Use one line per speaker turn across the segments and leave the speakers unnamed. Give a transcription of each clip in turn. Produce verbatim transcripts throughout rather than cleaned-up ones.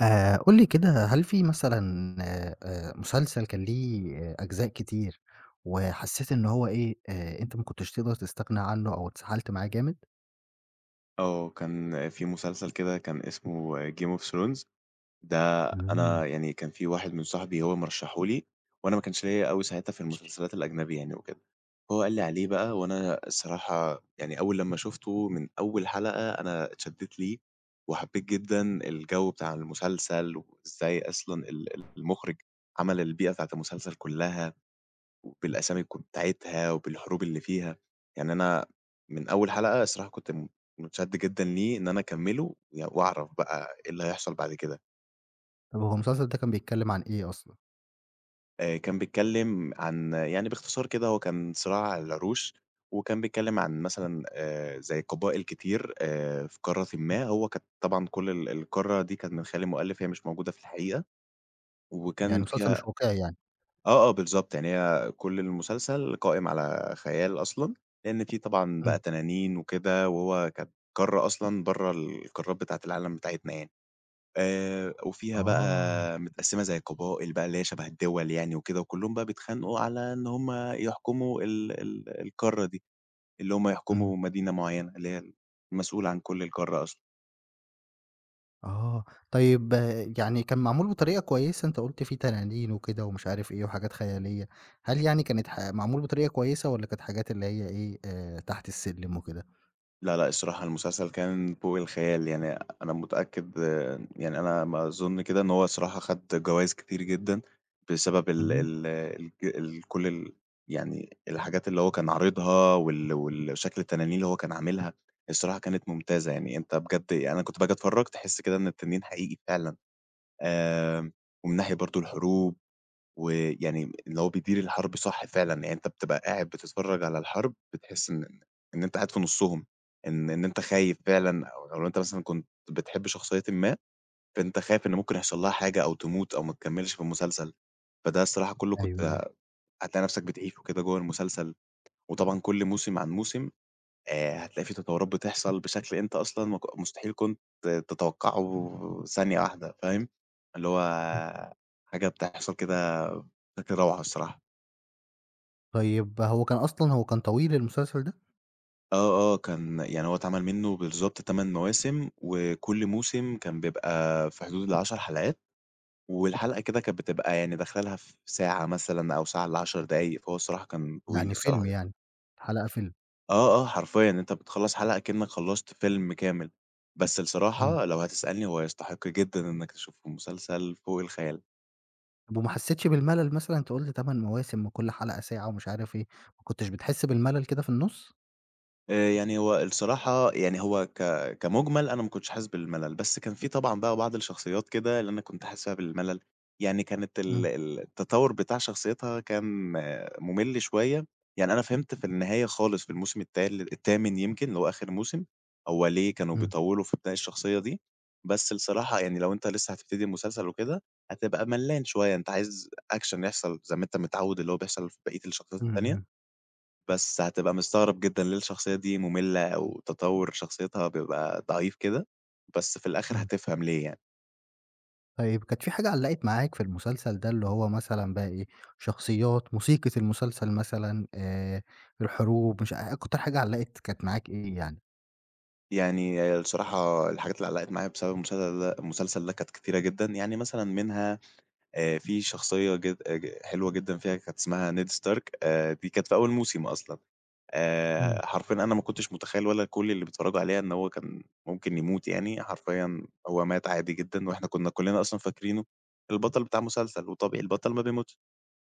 آآ قُل لي كده، هل في مثلًا آآ مسلسل كان ليه آه، أجزاء كتير، وحسّيت إن هو إيه، آآ أنت ما كنتش تقدر تستغنى عنه أو اتسحلت معاه جامد؟
آه، كان في مسلسل كده كان اسمه Game of Thrones. ده
إمم.
أنا يعني كان في واحد من صاحبي هو مرشحه لي، وأنا ما كانش ليّا أوي ساعتها في المسلسلات الأجنبي يعني وكده. هو قال لي عليه بقى، وأنا الصراحة يعني أول لمّا شُفته من أول حلقة أنا اتشدّيت ليه، وحبيت جدًا الجو بتاع المسلسل، وإزاي أصلًا ال ال- المُخرج عمل البيئة بتاعة المسلسل كلّها. وبالأسامي الك بتاعتها وبالحروب اللي فيها. يعني أنا من أول حلقة الصراحة كنت م متشد جدًا ليه إن أنا أكمّله ي وأعرف بقى إيه اللي هيحصل بعد كده.
طب هو المسلسل ده كان بيتكلّم عن إيه أصلًا؟
آآ كان بيتكلّم عن يعني باختصار كده هو كان صراع على العروش، وكان بيتكلّم عن مثلًا آآ زي قبائل كتير آآ في قارةٍ ما. هو كانت طبعًا كل ال القارة دي كانت من خيال المؤلف، هي مش موجودة في الحقيقة،
يعني
وكان
مسلسل مش
فيها.
واقعي يعني.
آه، آه، بالضبط، يعني هي كل المسلسل قائم على خيال أصلًا، لإن في طبعًا بقى
إمم.
تنانين وكده، وهو كانت قارة أصلًا برّه القارات بتاعة العالم بتاعتنا يعني. آآ، وفيها
آه.
بقى متقسّمة زي قبائل بقى اللي هي شبه الدول يعني وكده، وكلّهم بقى بيتخانقوا على إن هُم يحكموا ال ال القارة دي، اللي هُم
إمم.
يحكموا مدينة معيّنة، اللي هي المسؤول عن كل القارة أصلًا.
آه. طيب آه، يعني كان معمول بطريقة كويسة، أنت قُلت فيه تنانين وكده ومش عارف إيه وحاجات خيالية، هل يعني كانت ح معمول بطريقة كويسة والّا كانت حاجات اللي هي إيه، آآ تحت السلِّم وكده؟
لا، لأ، الصراحة المسلسل كان فوق الخيال. يعني أنا متأكد آه، يعني أنا ما أظن كده إن هو الصراحة خَد جوايز كتير جدًا بسبب ال
اهم.
ال الج ال كل ال يعني الحاجات اللي هو كان عارضها وال وال شكل التنانين اللي هو كان عاملها. الصراحة كانت ممتازة، يعني أنت بجد يعني أنا كنت باجي أتفرّج تحس كده إن التنين حقيقي فعلًا. آمم، ومن ناحية برضه الحروب ويعني اللي هو بيدير الحرب صح فعلًا، يعني أنت بتبقى قاعد بتتفرّج على الحرب بتحس إن إن إن أنت قاعد في نُصّهم، إن إن أنت خايف فعلًا، أو لو أنت مثلًا كنت بتحب شخصيةٍ ما، فأنت خايف إن ممكن يحصل لها حاجة أو تموت أو ما تكمّلش في المسلسل. فده الصراحة كُلّه
أيوه، أيوه.
كنت هتلاقي نَفْسك بتعيشه كده جوّه المسلسل. وطبعًا كل موسم عن موسم آآ هتلاقي في تطوّرات بتحصل بشكل أنت أصلًا ما ك مستحيل كنت تتوقّعه ثانية واحدة، فاهم؟ اللي هو حاجة بتحصل كده بشكل روعة الصراحة.
طيب هو كان أصلًا هو كان طويل المسلسل ده؟
آه، آه، كان يعني هو اتعمل منّه بالضبط ثمن مواسم، وكل موسم كان بيبقى في حدود ال10 حلقات، والحلقة كده كانت بتبقى يعني داخلة لها في ساعة مثلًا أو ساعة إلّا عشر دقايق، فهو الصراحة كان طويل
يعني
الصراحة
فيلم
ج
يعني، حلقة فيلم،
آه، آه، حرفيًا أنت بتخلّص حلقة كإنّك خلّصت فيلم كامل. بس
إمم.
الصراحة لو هتسألني هو يستحق جدًا إنّك تشوفه، مسلسل فوق الخيال.
طب وما حسيتش بالملل مثلًا؟ أنت قُلت 8 مواسم وكل حلقة ساعة ومش عارف إيه، ما كنتش بتحس بالملل كده في النُص؟
آآ يعني هو الصراحة يعني هو ك كمُجمل أنا ما كنتش حاسس بالملل، بس كان في طبعًا بقى بعض الشخصيات كده اللي أنا كنت حاسس فيها بالملل. يعني كانت ال
إمم،
ال التطوُّر بتاع شخصيتها كان آه، مُمِل شوية. يعني أنا فهمت في النهاية خالص في الموسم التال التامن يمكن اللي هو آخر موسم، هو ليه كانوا
إمم،
بيطوّلوا في بناء الشخصية دي. بس الصراحة يعني لو أنت لسه هتبتدي المسلسل وكده، هتبقى ملّان شوية، أنت عايز action يحصل زي ما أنت متعوّد اللي هو بيحصل في بقية الشخصيات
إمم، إمم،
التانية. بس هتبقى مستغرب جدًا ليه الشخصية دي مملة أو تطوّر شخصيتها بيبقى ضعيف كده، بس في الآخر
إمم.
هتفهم ليه يعني.
طيب كانت في حاجة علّقت معاك في المسلسل ده اللي هو مثلًا بقى إيه، شخصيات، موسيقى المسلسل مثلًا، آآ، الحروب، مش ع أكتر حاجة علّقت كانت معاك إيه يعني؟
يعني الصراحة الحاجات اللي علّقت معايا بسبب المسلسل ده المسلسل ده كانت كتيرة جدًا. يعني مثلًا منها آآ في شخصية جد آه، ج حلوة جدًا فيها كانت اسمها نيد ستارك. آآ دي كانت في أول موسم أصلًا.
إمم،
آآ حرفيًا أنا ما كنتش متخيّل ولا كل اللي بيتفرّجوا عليها إن هو كان ممكن يموت يعني. حرفيًا هو مات عادي جدًا، وإحنا كُنّا كُلّنا أصلًا فاكرينه البطل بتاع المسلسل، وطبيعي البطل ما بيموتش.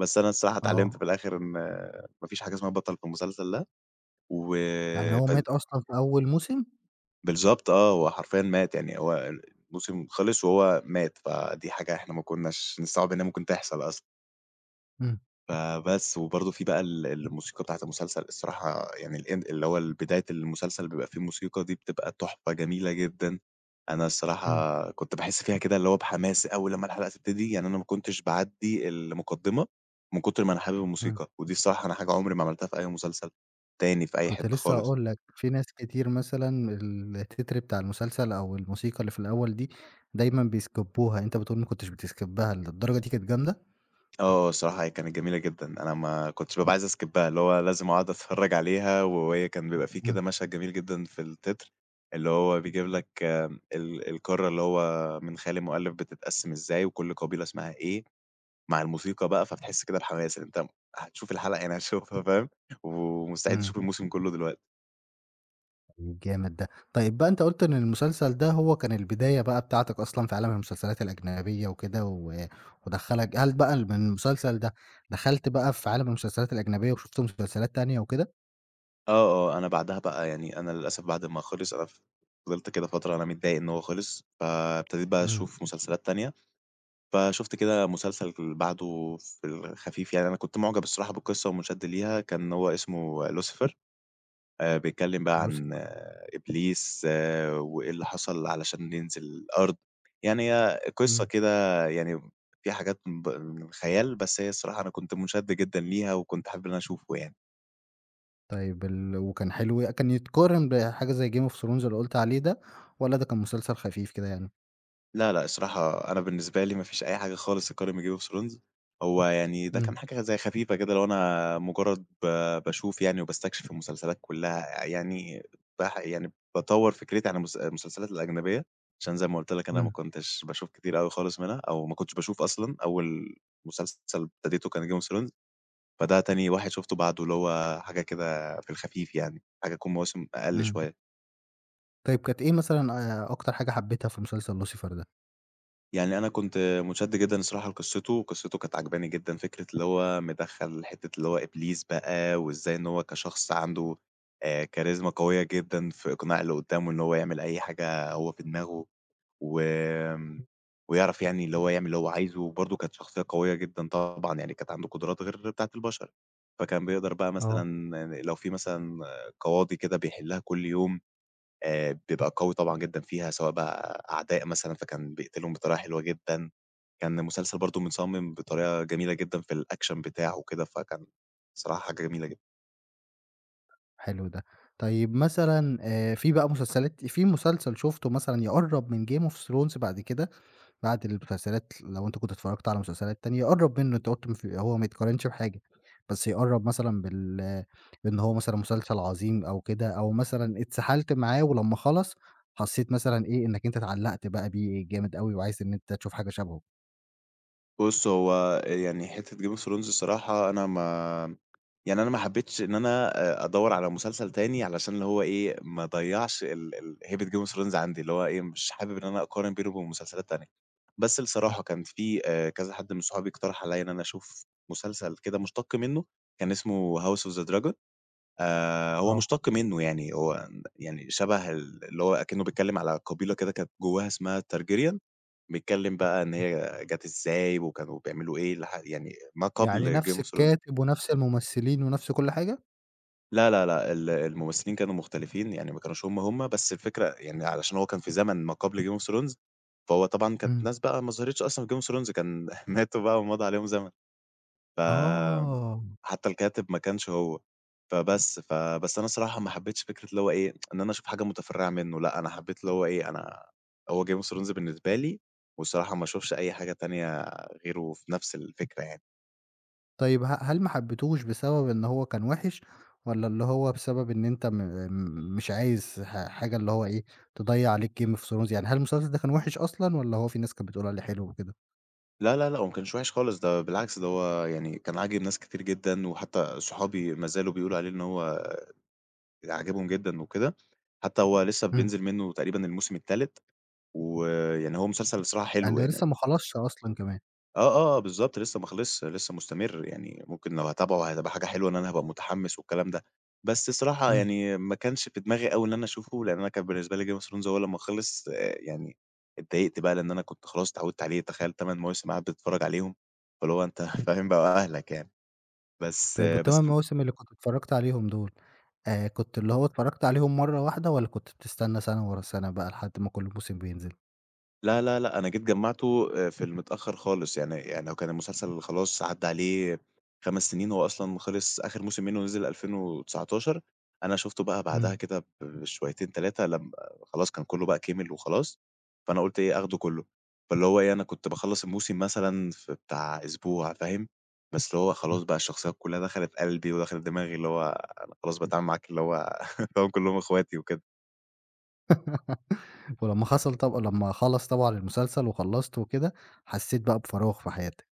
بس أنا الصراحة اتعلمت
آه.
في الآخر إن ما فيش حاجة اسمها بطل في المسلسل ده. و
يعني هو
بال
مات أصلًا في أول موسم؟
بالضبط آه، هو حرفيًا مات، يعني هو الموسم خلص وهو مات. فدي حاجة إحنا ما كناش نستوعب إنها ممكن تحصل أصلًا.
إمم،
فبس، وبرضه في بقى ال الموسيقى بتاعة المسلسل الصراحة يعني الend اللي هو ال بداية المسلسل بيبقى فيه الموسيقى دي بتبقى تحفة جميلة جدًا. أنا
إمم،
الصراحة كنت باحس فيها كده اللي هو بحماس أوي لمّا الحلقة تبتدي. يعني أنا ما كنتش باعدّي المقدمة من كتر ما أنا حابب
إمم.
الموسيقى، ودي الصراحة أنا حاجة عمري ما عملتها في أي مسلسل تاني في أي
كنت
حتة
لسه
خالص.
هاقول لك، في ناس كتير مثلًا التتر بتاع المسلسل أو الموسيقى اللي في الأول دي دايمًا بيسكيبوها، أنت بتقول ما كنتش بتسكيبها، للدرجة دي كانت جامدة؟
آه، الصراحة هي كانت جميلة جدًا. أنا ما كنتش بابقى عايز أسكيبّها، اللي هو لازم أقعد أتفرّج عليها. وهي كان بيبقى في
إمم،
كده مشهد جميل جدًا في التتر، اللي هو بيجيب لك آمم، ال القارة اللي هو من خالي مؤلف بتتقسّم إزاي، وكل قبيلة اسمها إيه، مع الموسيقى بقى. فبتحس كده بحماس إن أنت هتشوف الحلقة، يعني هتشوفها فاهم، ومستعد
إمم.
تشوف الموسم كلّه دلوقتي.
جامد ده. طيب بقى أنت قُلت إن المسلسل ده هو كان البداية بقى بتاعتك أصلًا في عالم المسلسلات الأجنبية وكده و ودخّلك هل بقى ال من المسلسل ده دخلت بقى في عالم المسلسلات الأجنبية وشُفت مسلسلات تانية وكده؟
آه، آه، أنا بعدها بقى يعني أنا للأسف بعد ما خلص أنا ف فضلت كده فترة أنا متضايق إن هو خلص، فابتديت بقى
إمم.
أشوف مسلسلات تانية. فشُفت كده مسلسل بعده في الخفيف يعني. أنا كنت مُعجب الصراحة بالقصة ومُنشَد ليها، كان هو اسمه لوسيفر. آآ بيتكلّم بقى عن
Lucifer.
إبليس آه، وإيه اللي حصل علشان ينزل الأرض. يعني هي قصة
إمم.
كده يعني فيها حاجات ب من الخيال، بس هي الصراحة أنا كنت مُنشَد جدًا ليها وكنت حابب إن أنا أشوفه يعني.
طيب ال وكان حلو كان يتقارن بحاجة زي Game of Thrones اللي قُلت عليه ده، والّا ده كان مسلسل خفيف كده يعني؟
لا، لأ، الصراحة أنا بالنسبة لي ما فيش أي حاجة خالص تقارن بGame of Thrones. هو يعني ده
إمم،
كان حاجة زي خفيفة كده، لو أنا مجرد ب باشوف يعني وباستكشف المسلسلات كلها. يعني باح يعني باطوّر فكرتي عن المس المسلسلات الأجنبية، عشان زي ما قُلت لك أنا ما
إمم،
كنتش باشوف كتير أوي خالص منها، أو ما كنتش باشوف أصلًا. أول مسلسل ابتديته كان Game of Thrones، فده تاني واحد شُفته بعده، اللي هو حاجة كده في الخفيف يعني، حاجة تكون مواسم أقل
إمم.
شوية.
طيب كانت إيه مثلًا آآ أكتر حاجة حبيتها في مسلسل Lucifer ده؟
يعني أنا كنت مُتشَد جدًا الصراحة لقصّته. قصّته كانت عاجباني جدًا، فكرة اللي هو مدخّل حتّة اللي هو إبليس بقى، وإزاي إن هو كشخص عنده آآ كاريزما قوية جدًا في إقناع اللي قدّامه إن هو يعمل أي حاجة هو في دماغه. وآمم ويعرف يعني اللي هو يعمل اللي هو عايزه. وبرضه كانت شخصية قوية جدًا طبعًا، يعني كانت عنده قدرات غير بتاعة البشر، فكان بيقدر بقى مثلًا
آه.
لو في مثلًا قواضي كده بيحلّها كل يوم آآ بيبقى قوي طبعًا جدًا فيها، سواء بقى أعداء مثلًا فكان بيقتلهم بطريقة حلوة جدًا. كان مسلسل برضه متصمم بطريقة جميلة جدًا في الأكشن بتاعه وكده، فكان صراحة حاجة جميلة جدًا.
حلو ده. طيب مثلًا آآ في بقى مسلسلات في مسلسل شُفته مثلًا يقرّب من Game of Thrones بعد كده؟ بعد المسلسلات لو أنت كنت اتفرّجت على مسلسلات تانية يقرّب منّه، أنت قُلت مف هو ما يتقارنش بحاجة، بس يقرّب مثلًا بال بإن هو مثلًا مسلسل عظيم أو كده، أو مثلًا اتسحلت معاه ولمّا خلص حسّيت مثلًا إيه، إنّك أنت اتعلّقت بقى بيه جامد أوي وعايز إن أنت تشوف حاجة شبهه.
بُص هو يعني حتّة Game of Thrones الصراحة أنا ما يعني أنا ما حبيتش إن أنا آآ أدوّر على مسلسل تاني علشان اللي هو إيه، ما أضيّعش ال ال هيبة Game of Thrones عندي، اللي هو إيه، مش حابب إن أنا أقارن بينه وبين مسلسلات تانية. بس الصراحة كان في آآ كذا حد من صحابي اقترح عليّا إن أنا أشوف مسلسل كده مُشتَق منه، كان اسمه House of the Dragon. آآ هو
آه.
مُشتَق منه يعني، هو يعني شبه ال اللي هو أكنه بيتكلم على قبيلة كده كانت جواها اسمها Targaryen، بيتكلم بقى إن هي جات إزاي وكانوا بيعملوا إيه لح يعني ما
يعني
قبل Game
نفس
of Thrones.
الكاتب ونفس الممثلين ونفس كل حاجة؟
لا، لا، لأ، ال الممثلين كانوا مختلفين، يعني ما كانوش هم، هم، بس الفكرة يعني علشان هو كان في زمن ما قبل Game of Thrones. فهو طبعًا كانت
إمم.
ناس بقى ما ظهرتش أصلًا في Game of Thrones كان ماتوا بقى ومضى عليهم زمن. ف
آه.
حتى الكاتب ما كانش هو. فبس فبس أنا الصراحة ما حبيتش فكرة اللي هو إيه، إن أنا أشوف حاجة متفرعة منه. لأ، أنا حبيت اللي هو إيه، أنا هو Game of Thrones بالنسبة لي، والصراحة ما أشوفش أي حاجة تانية غيره في نفس الفكرة يعني.
طيب ه هل ما حبيتهوش بسبب إن هو كان وِحِش، والّا اللي هو بسبب إن أنت م م مش عايز ح حاجة اللي هو إيه، تضيّع عليك Game of Thrones يعني هل المسلسل ده كان وِحِش أصلًا، والّا هو في ناس كانت بتقول عليه حلو وكده؟
لا، لا، لأ، هو ما كانش وِحِش خالص. ده بالعكس ده هو يعني كان عاجب ناس كتير جدًا، وحتى صحابي ما زالوا بيقولوا عليه إن هو عاجبهم جدًا وكده. حتى هو لسه
إمم.
بينزل منه تقريبًا الموسم التالت، ويعني هو مسلسل الصراحة
يعني
حلو
ده
يعني.
لسه ما خلصش أصلًا كمان.
آه، آه، بالضبط لسه ما خلصش، لسه مستمر. يعني ممكن لو هاتابعه هتبقى حاجة حلوة إن أنا هابقى متحمس والكلام ده. بس الصراحة
إمم،
يعني ما كانش في دماغي أوي إن أنا أشوفه، لأن أنا كان بالنسبة لي Game of Thrones هو لمّا خلص آآ، يعني اتضايقت بقى لأن أنا كنت خلاص اتعودت عليه. تخيل ثمن مواسم قاعد بتتفرج عليهم، فاللي هو أنت
إمم.
فاهم بقى أهلك يعني. بس
طيب
آه،
وال8
بس
مواسم اللي كنت اتفرّجت عليهم دول، آآ كنت اللي هو اتفرّجت عليهم مرّة واحدة، والّا كنت بتستنى سَنة ورا سَنة بقى لحد ما كل موسم بينزل؟
لا، لا، لأ، أنا جيت جمّعته آآ في المتأخّر خالص. يعني يعني لو كان المسلسل خلاص عدّى عليه خمس سنين، هو أصلًا خلص آخر موسم منه نزل ألفين وتسعتاشر. أنا شُفته بقى بعدها
إمم،
كده ب بشويتين ثلاثة لم خلاص كان كُلّه بقى كِمِل وخلاص، فأنا قُلت إيه آخده كُلّه. فاللي هو إيه أنا كنت باخلّص الموسم مثلًا في بتاع أسبوع فاهم. بس اللي هو
إمم.
خلاص بقى الشخصيات كُلّها دخلت قلبي ودخلت دماغي، اللي هو أنا خلاص باتعامل معاك اللي هو فاهم كُلّهم أخواتي وكده.
ولمّا حصل طب لمّا خلص طبعًا المسلسل وخلّصته وكده، حسّيت بقى بفراغ في حياتك.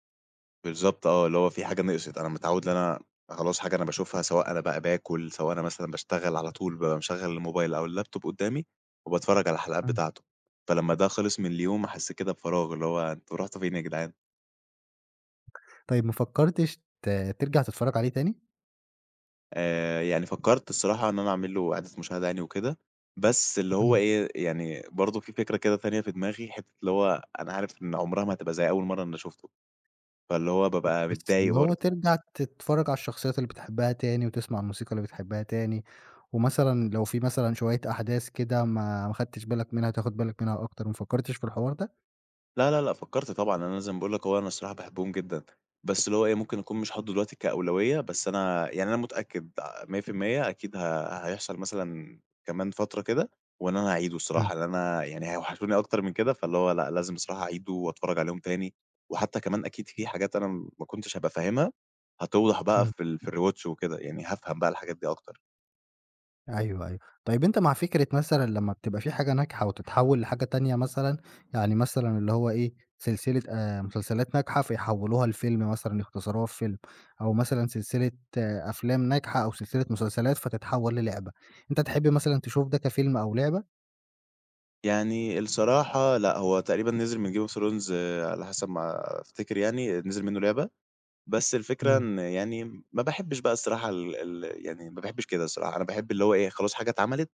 بالضبط آه، اللي هو في حاجة نقصت. أنا متعوّد إن أنا خلاص حاجة أنا باشوفها، سواء أنا بقى باكل، سواء أنا مثلًا باشتغل على طول بابقى مشغّل الموبايل أو اللابتوب قدّامي وباتفرّج على الحلقات بتاعته. فلمّا ده خلص من اليوم حسّيت كده بفراغ، اللي هو أنتم رُحتوا فين يا جدعان؟
طيب ما فكّرتش ت ترجع تتفرّج عليه تاني؟
آآ، يعني فكّرت الصراحة إن أنا أعمل له إعادة مشاهدة يعني وكده، بس اللي هو
إمم.
إيه، يعني برضه في فكرة كده تانية في دماغي، حتّة اللي هو أنا عارف إن عمرها ما هتبقى زي أول مرّة أنا شُفته، فاللي هو بابقى
بس
متضايق
اللي هو
برضه.
ترجع تتفرّج على الشخصيات اللي بتحبها تاني وتسمع الموسيقى اللي بتحبها تاني، ومثلًا لو في مثلًا شوية أحداث كده ما ما خدتش بالك منها تاخُد بالك منها أكتر، ما فكّرتش في الحوار ده؟
لا، لا، لأ، فكّرت طبعًا، أنا زي ما باقول لك هو أنا الصراحة باحبهم جدًا. بس اللي هو إيه، ممكن أكون مش حاطُّه دلوقتي كأولوية، بس أنا يعني أنا متأكد مية في المية أكيد ه هيحصل مثلًا كمان فترة كده، وإن أنا هاعيده
إمم،
الصراحة، لإن أنا يعني هيوحشوني أكتر من كده، فاللي هو لأ، لازم الصراحة أعيده وأتفرّج عليهم تاني. وحتى كمان أكيد في حاجات أنا ما كنتش هابقى فاهمها هتوضح بقى
إمم.
في ال في الrewatch وكده، يعني هافهم بقى الحاجات دي أكتر.
أيوه، أيوه. طيب أنت مع فكرة مثلًا لمّا بتبقى في حاجة ناجحة وتتحوّل لحاجة تانية مثلًا، يعني مثلًا اللي هو إيه، سلسلة آآ مسلسلات ناجحة فيحوّلوها لفيلم مثلًا، يختصروها في فيلم، أو مثلًا سلسلة آه أفلام ناجحة أو سلسلة مسلسلات فتتحوّل للعبة، أنت تحب مثلًا تشوف ده كفيلم أو لعبة؟
يعني الصراحة لأ، هو تقريبًا نزل من Game of Thrones آه، على حسب ما أفتكر يعني، نزل منّه لعبة. بس الفكرة
إمم.
إن يعني ما باحبش بقى الصراحة ال ال يعني ما باحبش كده الصراحة، أنا باحب اللي هو إيه، خلاص حاجة اتعملت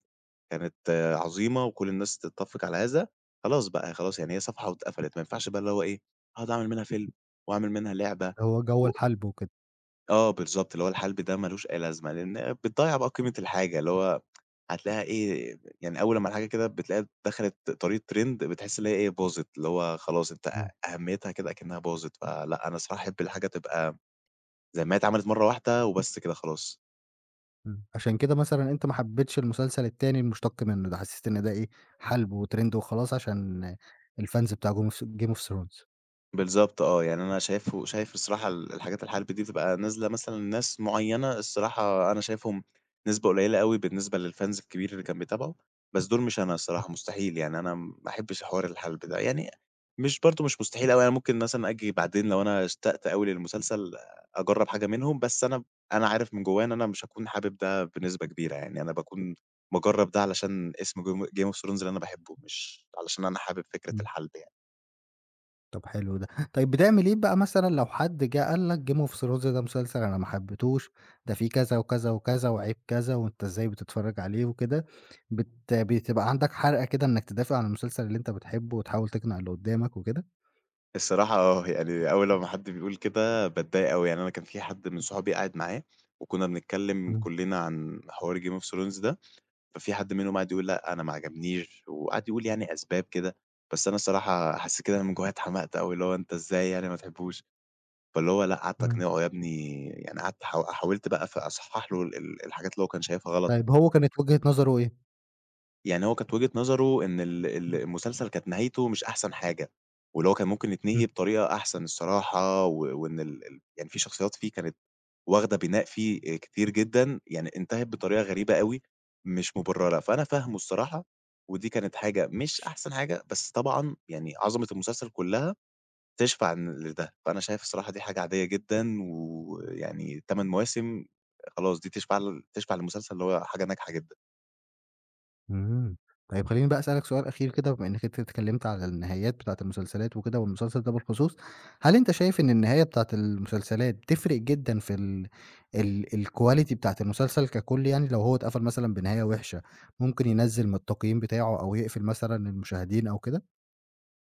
كانت آه، عظيمة وكل الناس تتّفق على هذا، خلاص بقى خلاص يعني هي صفحة واتقفلت، ما ينفعش بقى اللي هو إيه، أقعد أعمل منها فيلم وأعمل منها لعبة
هو جَوّ
و
الحَلْب وكده،
آه بالضبط، اللي هو الحَلْب ده ما لوش أي لازمة، لإن بتضيّع بقى قيمة الحاجة، اللي هو هتلاقيها إيه، يعني أول أمّا الحاجة كده بتلاقيها دخلت طريق trend بتحس إن هي إيه، باظت، اللي هو خلاص أنت
إمم،
أهميتها كده أكنها باظت، فلأ أنا الصراحة أحب الحاجة تبقى زي ما هي اتعملت مرّة واحدة وبس كده خلاص.
إمم. عشان كده مثلًا أنت ما حبيتش المسلسل التاني المشتق منه ده، حسّيت إن ده إيه، حَلْب وtrend وخلاص عشان الfans بتاع Game of Game of Thrones.
بالضبط آه، يعني أنا شايفه شايف الصراحة ال الحاجات الحرب دي بتبقى نازلة مثلًا لناس معيّنة، الصراحة أنا شايفهم نسبة قليلة أوي بالنسبة للfans الكبير اللي كان بيتابعه. بس دول مش أنا
إمم،
الصراحة مستحيل، يعني أنا ما باحبش حوار الحلب ده، يعني مش برضه مش مستحيل أوي، أنا ممكن مثلًا آجي بعدين لو أنا اشتقت أوي للمسلسل أجرّب حاجة منهم. بس أنا أنا عارف من جوايا إن أنا مش هاكون حابب ده بنسبة كبيرة، يعني أنا باكون باجرّب ده علشان اسم Game Game of Thrones اللي أنا باحبه، مش علشان أنا حابب فكرة
إمم.
الحلب يعني.
طب حلو ده. طيب بتعمل إيه بقى مثلًا لو حد جه قال لك Game of Thrones ده مسلسل أنا ما حبيتهوش، ده فيه كذا وكذا وكذا وعيب كذا وأنت إزاي بتتفرج عليه وكده، بت بتبقى عندك حرقة كده إنك تدافع عن المسلسل اللي أنت بتحبه وتحاول تقنع اللي قدامك وكده؟
الصراحة آه، يعني أول لمّا حد بيقول كده باتضايق أوي. يعني أنا كان في حد من صحابي قاعد معاه وكنا بنتكلّم
إمم،
كُلّنا عن حوار Game of Thrones ده، ففي حد منهم قعد يقول لأ أنا ما عجبنيش، وقعد يقول يعني أسباب كده، بس أنا الصراحة حسّيت كده أنا من جوّايا اتحمقت أوي، اللي هو أنت إزاي يعني ما تحبّوش؟ فاللي هو لأ قعدت
إمم.
أقنعه يا ابني، يعني قعدت حاو حاولت بقى ف أصحّح له ال ال الحاجات اللي هو كان شايفها غلط.
طيب هو كانت وجهة نظره إيه؟
يعني هو كانت وجهة نظره إن ال ال المسلسل كانت نهايته مش أحسن حاجة، واللي هو كان ممكن يتنهي
إمم.
بطريقة أحسن الصراحة، و وإن ال ال يعني في شخصيات فيه كانت واخدة بناء فيه آآ كتير جدًا، يعني انتهت بطريقة غريبة أوي مش مبررة، فأنا فاهمه الصراحة. ودي كانت حاجة مش أحسن حاجة، بس طبعًا يعني عظمة المسلسل كلها تشفع إن لده، فأنا شايف الصراحة دي حاجة عادية جدًا، ويعني تمن مواسم خلاص دي تشفع ل تشفع للمسلسل اللي هو حاجة ناجحة جدًا.
إمم. طيب خلّيني بقى أسألك سؤال أخير كده بما إنّك أنت اتكلّمت على النهايات بتاعة المسلسلات وكده والمسلسل ده بالخصوص، هل أنت شايف إن النهاية بتاعة المسلسلات تفرق جدًا في ال ال الquality بتاعة المسلسل ككُل يعني لو هو اتقفل مثلًا بنهاية وِحشة، ممكن ينزّل من التقييم بتاعه أو يقفل مثلًا المشاهدين أو كده؟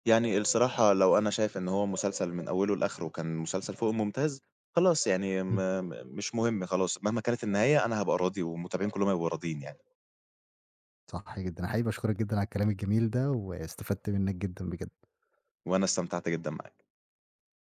يعني الصراحة لو أنا شايف إن هو مسلسل من أوله لآخره كان مسلسل فوق ممتاز، خلاص يعني م
إمم.
م مش مهم خلاص، مهما كانت النهاية أنا هابقى راضي والمتابعين كلّهم هيبقوا راضيين يعني،
صح جدًا. أنا حقيقي باشكرك جدًا على الكلام الجميل ده واستفدت منّك جدًا بجد.
وأنا استمتعت جدًا معاك.